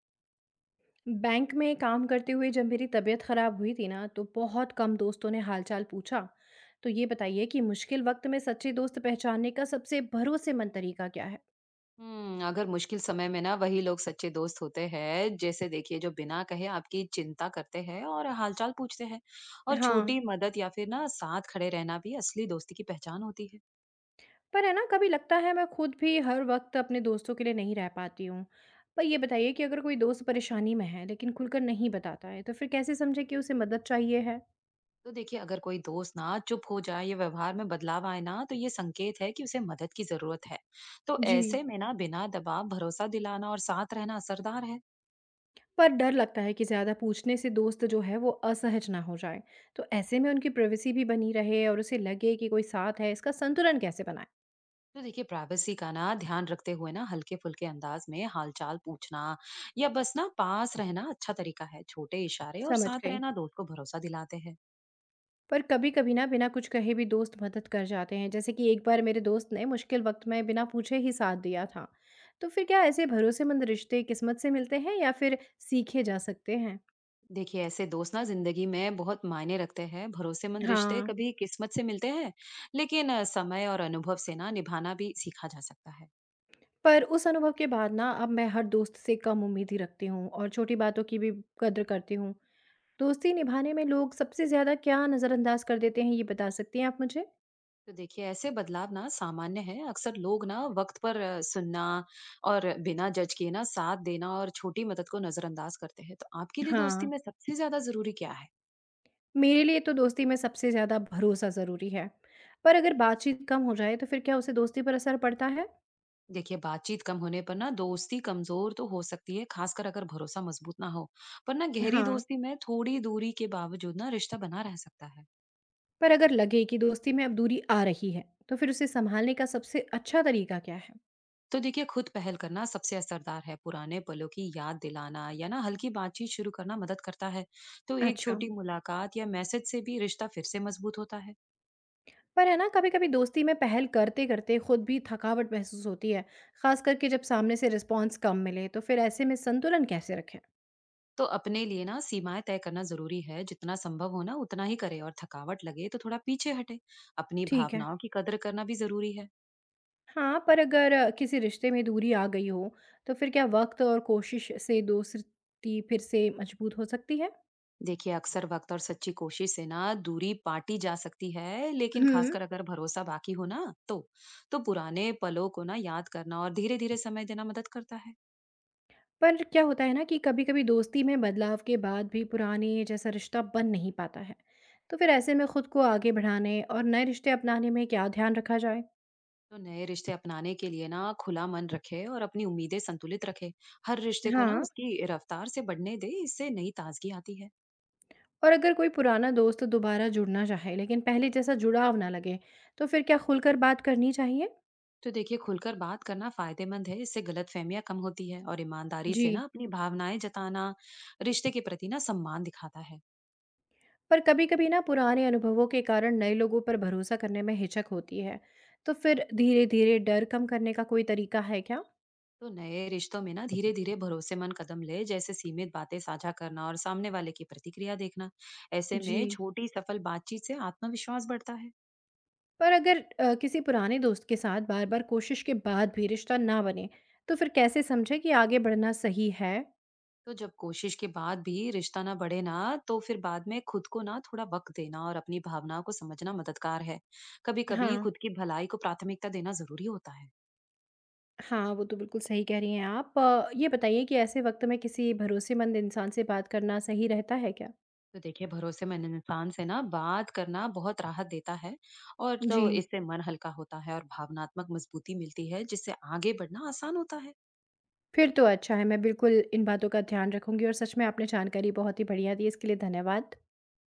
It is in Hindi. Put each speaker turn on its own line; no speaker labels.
बैंक में काम करते हुए जब मेरी तबीयत खराब हुई थी ना तो बहुत कम दोस्तों ने हालचाल पूछा। तो ये बताइए कि मुश्किल वक्त में सच्चे दोस्त पहचानने का सबसे भरोसेमंद तरीका क्या है।
अगर मुश्किल समय में ना वही लोग सच्चे दोस्त होते हैं, जैसे देखिए जो बिना कहे आपकी चिंता करते हैं और हालचाल पूछते हैं। और
हाँ।
छोटी मदद या फिर ना साथ खड़े रहना भी असली दोस्ती की पहचान होती है।
पर है ना कभी लगता है मैं खुद भी हर वक्त अपने दोस्तों के लिए नहीं रह पाती हूँ। पर ये बताइए कि अगर कोई दोस्त परेशानी में है लेकिन खुलकर नहीं बताता है तो फिर कैसे समझे कि उसे मदद चाहिए है।
तो देखिए अगर कोई दोस्त ना चुप हो जाए या व्यवहार में बदलाव आए ना तो ये संकेत है कि उसे मदद की जरूरत है। तो
जी।
ऐसे में ना बिना दबाव भरोसा दिलाना और साथ रहना असरदार है।
पर डर लगता है कि ज़्यादा पूछने से दोस्त जो है वो असहज ना हो जाए। तो ऐसे में उनकी प्राइवेसी भी बनी रहे और उसे लगे कि कोई साथ है, इसका संतुलन कैसे बनाए।
तो देखिए प्राइवेसी का ना ध्यान रखते हुए ना हल्के फुल्के अंदाज में हालचाल पूछना या बस ना पास रहना अच्छा तरीका है। छोटे इशारे और
समझ
साथ
गई।
रहना दोस्त को भरोसा दिलाते हैं।
पर कभी कभी ना बिना कुछ कहे भी दोस्त मदद कर जाते हैं, जैसे कि एक बार मेरे दोस्त ने मुश्किल वक्त में बिना पूछे ही साथ दिया था। तो फिर क्या ऐसे भरोसेमंद रिश्ते किस्मत से मिलते हैं या फिर सीखे जा सकते हैं।
देखिए ऐसे दोस्त ना जिंदगी में बहुत मायने रखते हैं। भरोसेमंद रिश्ते
हाँ।
कभी किस्मत से मिलते हैं, लेकिन समय और अनुभव से ना निभाना भी सीखा जा सकता है।
पर उस अनुभव के बाद ना अब मैं हर दोस्त से कम उम्मीद ही रखती हूँ और छोटी बातों की भी कद्र करती हूँ। दोस्ती निभाने में लोग सबसे ज़्यादा क्या नज़रअंदाज कर देते हैं, ये बता सकती हैं आप मुझे?
तो देखिए ऐसे बदलाव ना सामान्य है। अक्सर लोग ना वक्त पर सुनना और बिना जज किए ना साथ देना और छोटी मदद को नजरअंदाज करते हैं। तो आपके लिए दोस्ती
हाँ।
में सबसे ज्यादा जरूरी क्या है?
मेरे लिए तो दोस्ती में सबसे ज़्यादा भरोसा ज़रूरी है, पर अगर बातचीत कम हो जाए, तो फिर क्या उससे दोस्ती पर असर पड़ता है?
देखिए बातचीत कम होने पर ना दोस्ती कमजोर तो हो सकती है, खासकर अगर भरोसा मजबूत ना हो। पर ना गहरी
हाँ।
दोस्ती में थोड़ी दूरी के बावजूद ना रिश्ता बना रह सकता है।
पर अगर लगे कि दोस्ती में अब दूरी आ रही है, तो फिर उसे सँभालने का सबसे अच्छा तरीका क्या है?
तो देखिए खुद पहल करना सबसे असरदार है। पुराने पलों की याद दिलाना या ना हल्की बातचीत शुरू करना मदद करता है। तो एक
अच्छा।
छोटी मुलाकात या मैसेज से भी रिश्ता फिर से मजबूत होता है।
पर है ना, कभी-कभी दोस्ती में पहल करते-करते खुद भी थकावट महसूस होती है, ख़ास करके जब सामने से रिस्पॉन्स कम मिले, तो फिर ऐसे में संतुलन कैसे रखें?
तो अपने लिए ना सीमाएं तय करना जरूरी है। जितना संभव हो ना उतना ही करे, और थकावट लगे तो थोड़ा पीछे हटे। अपनी
ठीक है।
भावनाओं की कदर करना भी जरूरी है।
हाँ, पर अगर किसी रिश्ते में दूरी आ गई हो, तो फिर क्या वक़्त और कोशिश से दोस्ती फिर से मजबूत हो सकती है?
देखिए अक्सर वक्त और सच्ची कोशिश से ना दूरी पाटी जा सकती है, लेकिन
हुँ।
खासकर अगर भरोसा बाकी हो ना तो पुराने पलों को ना याद करना और धीरे धीरे समय देना मदद करता है।
पर क्या होता है ना कि कभी-कभी दोस्ती में बदलाव के बाद भी पुराने जैसा रिश्ता बन नहीं पाता है। तो फिर ऐसे में खुद को आगे बढ़ाने और नए रिश्ते अपनाने में क्या ध्यान रखा जाए?
तो नए रिश्ते अपनाने के लिए ना खुला मन रखे और अपनी उम्मीदें संतुलित रखे। हर रिश्ते को ना
हाँ।
उसकी रफ्तार से बढ़ने दे, इससे नई ताजगी आती है।
और अगर कोई पुराना दोस्त दोबारा जुड़ना चाहे, लेकिन पहले जैसा जुड़ाव ना लगे, तो फिर क्या खुलकर बात करनी चाहिए?
तो देखिए खुलकर बात करना फायदेमंद है। इससे गलत कम होती है और ईमानदारी
जी।
से ना अपनी भावनाएं जताना रिश्ते के प्रति ना सम्मान दिखाता है।
पर कभी-कभी ना पुराने अनुभवों के कारण नए लोगों पर भरोसा करने में हिचक होती है। तो फिर धीरे-धीरे डर कम करने का कोई तरीका है क्या?
तो नए रिश्तों में ना धीरे धीरे भरोसेमंद कदम ले, जैसे सीमित बातें साझा करना और सामने वाले की प्रतिक्रिया देखना। ऐसे
जी।
में छोटी सफल बातचीत से आत्मविश्वास बढ़ता है।
पर अगर किसी पुराने दोस्त के साथ बार-बार कोशिश के बाद भी रिश्ता ना बने, तो फिर कैसे समझें कि आगे बढ़ना सही है?
तो जब कोशिश के बाद भी रिश्ता ना बढ़े ना तो फिर बाद में खुद को ना थोड़ा वक्त देना और अपनी भावनाओं को समझना मददगार है। कभी कभी
हाँ।
खुद की भलाई को प्राथमिकता देना जरूरी होता है।
हाँ, वो तो बिल्कुल सही कह रही हैं आप। ये बताइए कि ऐसे वक़्त में किसी भरोसेमंद इंसान से बात करना सही रहता है क्या?
तो देखिए भरोसेमंद इंसान से ना बात करना बहुत राहत देता है। और तो
जी।
इससे मन हल्का होता है और भावनात्मक मजबूती मिलती है, जिससे आगे बढ़ना आसान होता है।
फिर तो अच्छा है, मैं बिल्कुल इन बातों का ध्यान रखूँगी और सच में आपने जानकारी बहुत ही बढ़िया दी, इसके लिए धन्यवाद।